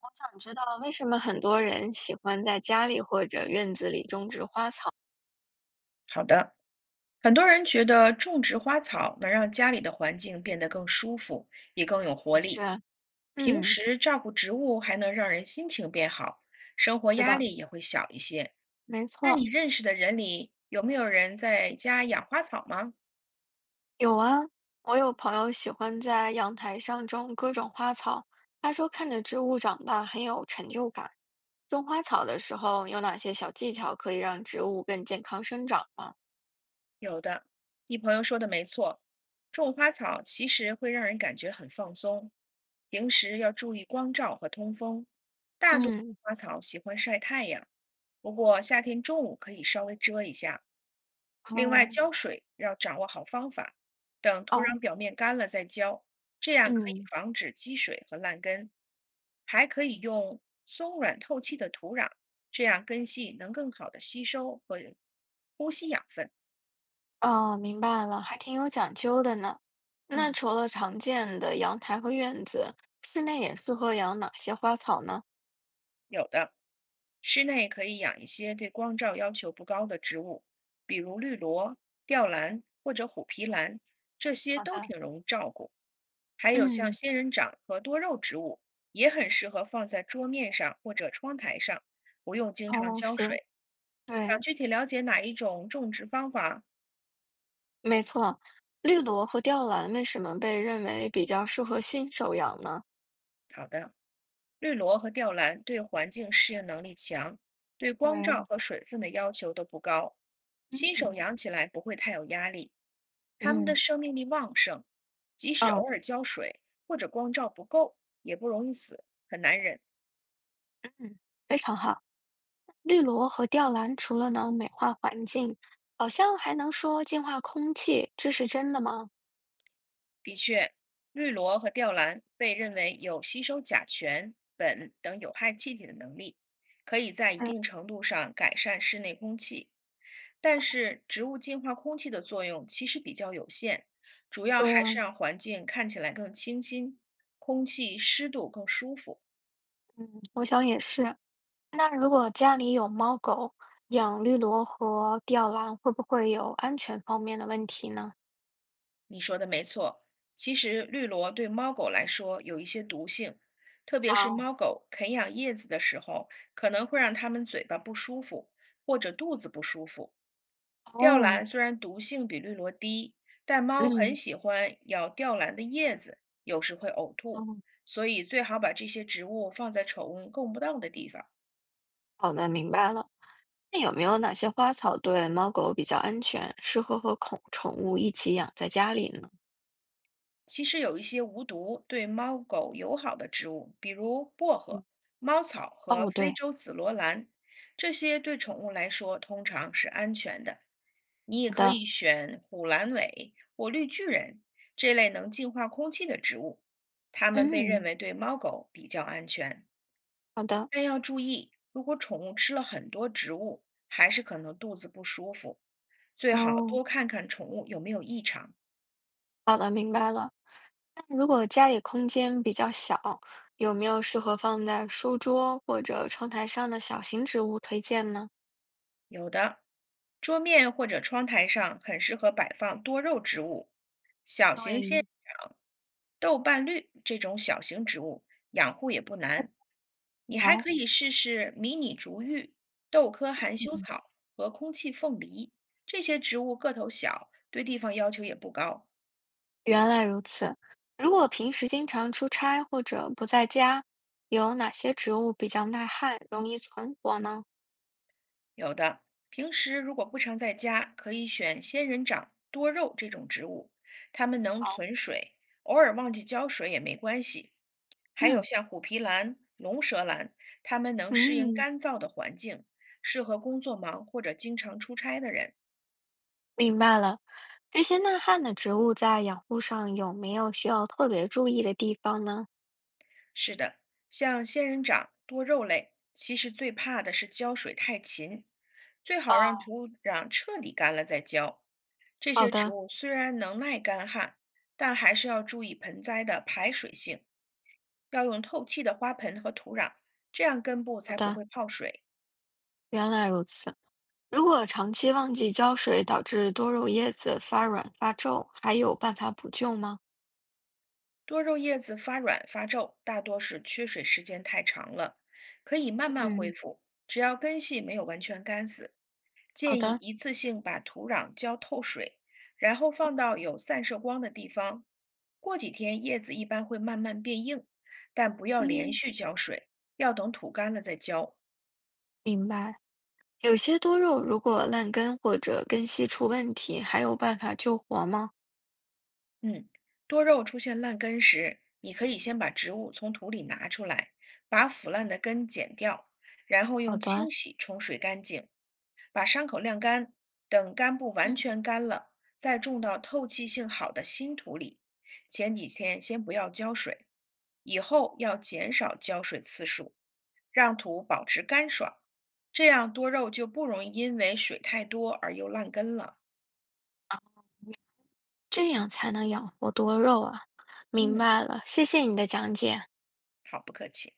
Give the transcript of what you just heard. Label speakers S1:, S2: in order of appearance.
S1: 我想知道为什么很多人喜欢在家里或者院子里种植花草。
S2: 好的，很多人觉得种植花草能让家里的环境变得更舒服，也更有活
S1: 的确，
S2: 力。平
S1: 嗯，
S2: 时照顾植物还能让人心情变好，生活
S1: 是
S2: 压
S1: 的，
S2: 力也会小一些。
S1: 没
S2: 那
S1: 错，
S2: 你认识的人里，有没有人在家养花草吗？
S1: 有啊。我有朋友喜欢在阳台上种各种花草，他说看着植物长大很有成就感。种花草的时候有哪些小技巧可以让植物更健康生长吗？
S2: 有的，你朋友说的没错，种花草其实会让人感觉很放松。平时要注意光照和通风，大多数
S1: 嗯，
S2: 花草喜欢晒太阳，不过夏天中午可以稍微遮一下。另外，
S1: 哦，
S2: 浇水要掌握好方法，等土
S1: 哦，
S2: 壤表面干了再浇，这样可以
S1: 嗯。
S2: 防止积水和烂根。还可以用松软透气的土壤，这样根系能更好的吸收和呼吸养分。
S1: 哦，明白了，还挺有讲究的呢。那
S2: 嗯。
S1: 除了常见的阳台和院子，室内也适合养哪些花草呢？
S2: 有的，室内可以养一些对光照要求不高的植物，比如绿萝、吊兰或者虎皮兰，这些
S1: 好
S2: 都
S1: 的，
S2: 挺容易照顾。还有像
S1: 嗯，
S2: 仙人掌和多肉植物，也很适合放在桌面上或者窗台上，不用经常
S1: 哦，
S2: 浇
S1: 是，
S2: 水。想
S1: 对，
S2: 具体了解哪一种种植方法？
S1: 没错，绿萝和吊兰为什么被认为比较适合新手养呢？
S2: 好的，绿萝和吊兰对环境适应能力强，对光照
S1: 对，
S2: 和水分的要求都不高，新手
S1: 嗯
S2: 养起来不会太有压力。它们的
S1: 嗯
S2: 生命力旺盛，即使偶
S1: 哦
S2: 尔浇水或者光照不够，也不容易死，很难忍。
S1: 嗯，非常好。绿萝和吊兰除了能美化环境，好像还能说净化空气，这是真的吗？
S2: 的确，绿萝和吊兰被认为有吸收甲醛、苯等有害气体的能力，可以在一
S1: 嗯，
S2: 定程度上改善室内空气。但是，植物净化空气的作用其实比较有限，主要
S1: 对呀，
S2: 还是让环境看起来更清新，空气湿度更舒服。
S1: 嗯，我想也是。那如果家里有猫狗，养绿萝和吊兰会不会有安全方面的问题呢？
S2: 你说的没错，其实绿萝对猫狗来说有一些毒性，特别是
S1: 哦
S2: 猫狗啃咬叶子的时候，可能会让它们嘴巴不舒服或者肚子不舒服。吊
S1: 哦，
S2: 兰虽然毒性比绿萝低，但猫很
S1: 嗯
S2: 喜欢咬吊兰的叶子，有时会呕 吐，
S1: 哦，
S2: 所以最好把这些植物放在宠物够不到的地方。
S1: 好的，明白了。那有没有哪些花草对猫狗比较安全，适合和宠宠物一起养在家里呢？
S2: 其实有一些无毒、对猫狗友好的植物，比如薄荷、
S1: 嗯，
S2: 猫草和
S1: 哦，
S2: 非
S1: 对，
S2: 洲紫罗兰，这些对宠物来说通常是安全的。你也
S1: 好
S2: 可
S1: 的，
S2: 以选虎兰尾或绿巨人这类能净化空气的植物，它们被认
S1: 嗯，
S2: 为对猫狗比较安全。
S1: 好的
S2: 但要注意，如果宠物吃了很多植物，还是可能肚子不舒服，最好
S1: 哦，
S2: 多看看宠物有没有异常。
S1: 好的，明白了。那如果家里空间比较小，有没有适合放在书桌或者窗台上的小型植物推荐呢？
S2: 有的，桌面或者窗台上很适合摆放多肉植物，小型仙人
S1: 对，
S2: 掌、豆瓣绿这种小型植物，养护也不难。你还
S1: 好。
S2: 可以试试迷你竹芋、豆科含羞草和空气凤梨，这些植物个头小，对地方要求也不高。
S1: 原来如此。如果平时经常出差或者不在家，有哪些植物比较耐旱，容易存活呢？
S2: 有的，平时如果不常在家，可以选仙人掌、多肉这种植物，它们能
S1: 好，
S2: 存水，偶尔忘记浇水也没关系。还有
S1: 嗯
S2: 像虎皮兰、龙舌兰，它们能适应
S1: 嗯，
S2: 干燥的环境，适合工作忙或者经常出差的人。
S1: 明白了。这些耐旱的植物在养护上有没有需要特别注意的地方呢？
S2: 是的，像仙人掌、多肉类，其实最怕的是浇水太勤，最好让
S1: 哦，
S2: 土壤彻底干了再浇。这
S1: 好
S2: 些植
S1: 的
S2: 物虽然能耐干旱，但还是要注意盆栽的排水性，要用透气的花盆和土壤，这样根部
S1: 好
S2: 才不
S1: 的，
S2: 会泡水。
S1: 原来如此。如果长期忘记浇水，导致多肉叶子发软发皱，还有办法补救吗？
S2: 多肉叶子发软发皱，大多是缺水时间太长了，可以慢慢恢
S1: 嗯，
S2: 复，只要根系没有完全干死。
S1: 好
S2: 建议
S1: 的，
S2: 一次性把土壤浇透水，然后放到有散射光的地方。过几天叶子一般会慢慢变硬，但不要连
S1: 嗯，
S2: 续浇水，要等土干了再浇。
S1: 明白。有些多肉如果烂根或者根系出问题，还有办法救活吗？
S2: 嗯，多肉出现烂根时，你可以先把植物从土里拿出来，把腐烂的根剪掉，然后
S1: 好
S2: 用
S1: 的，
S2: 清洗冲水干净，把伤口晾干，等干部完
S1: 嗯，
S2: 全干了，再种到透气性好的新土里。前几天先不要浇水，以后要减少浇水次数，让土保持干爽，这样多肉就不容易因为水太多而又烂根了。
S1: 这样才能养活多肉啊！明
S2: 嗯，
S1: 白了，谢谢你的讲解。
S2: 好，不客气。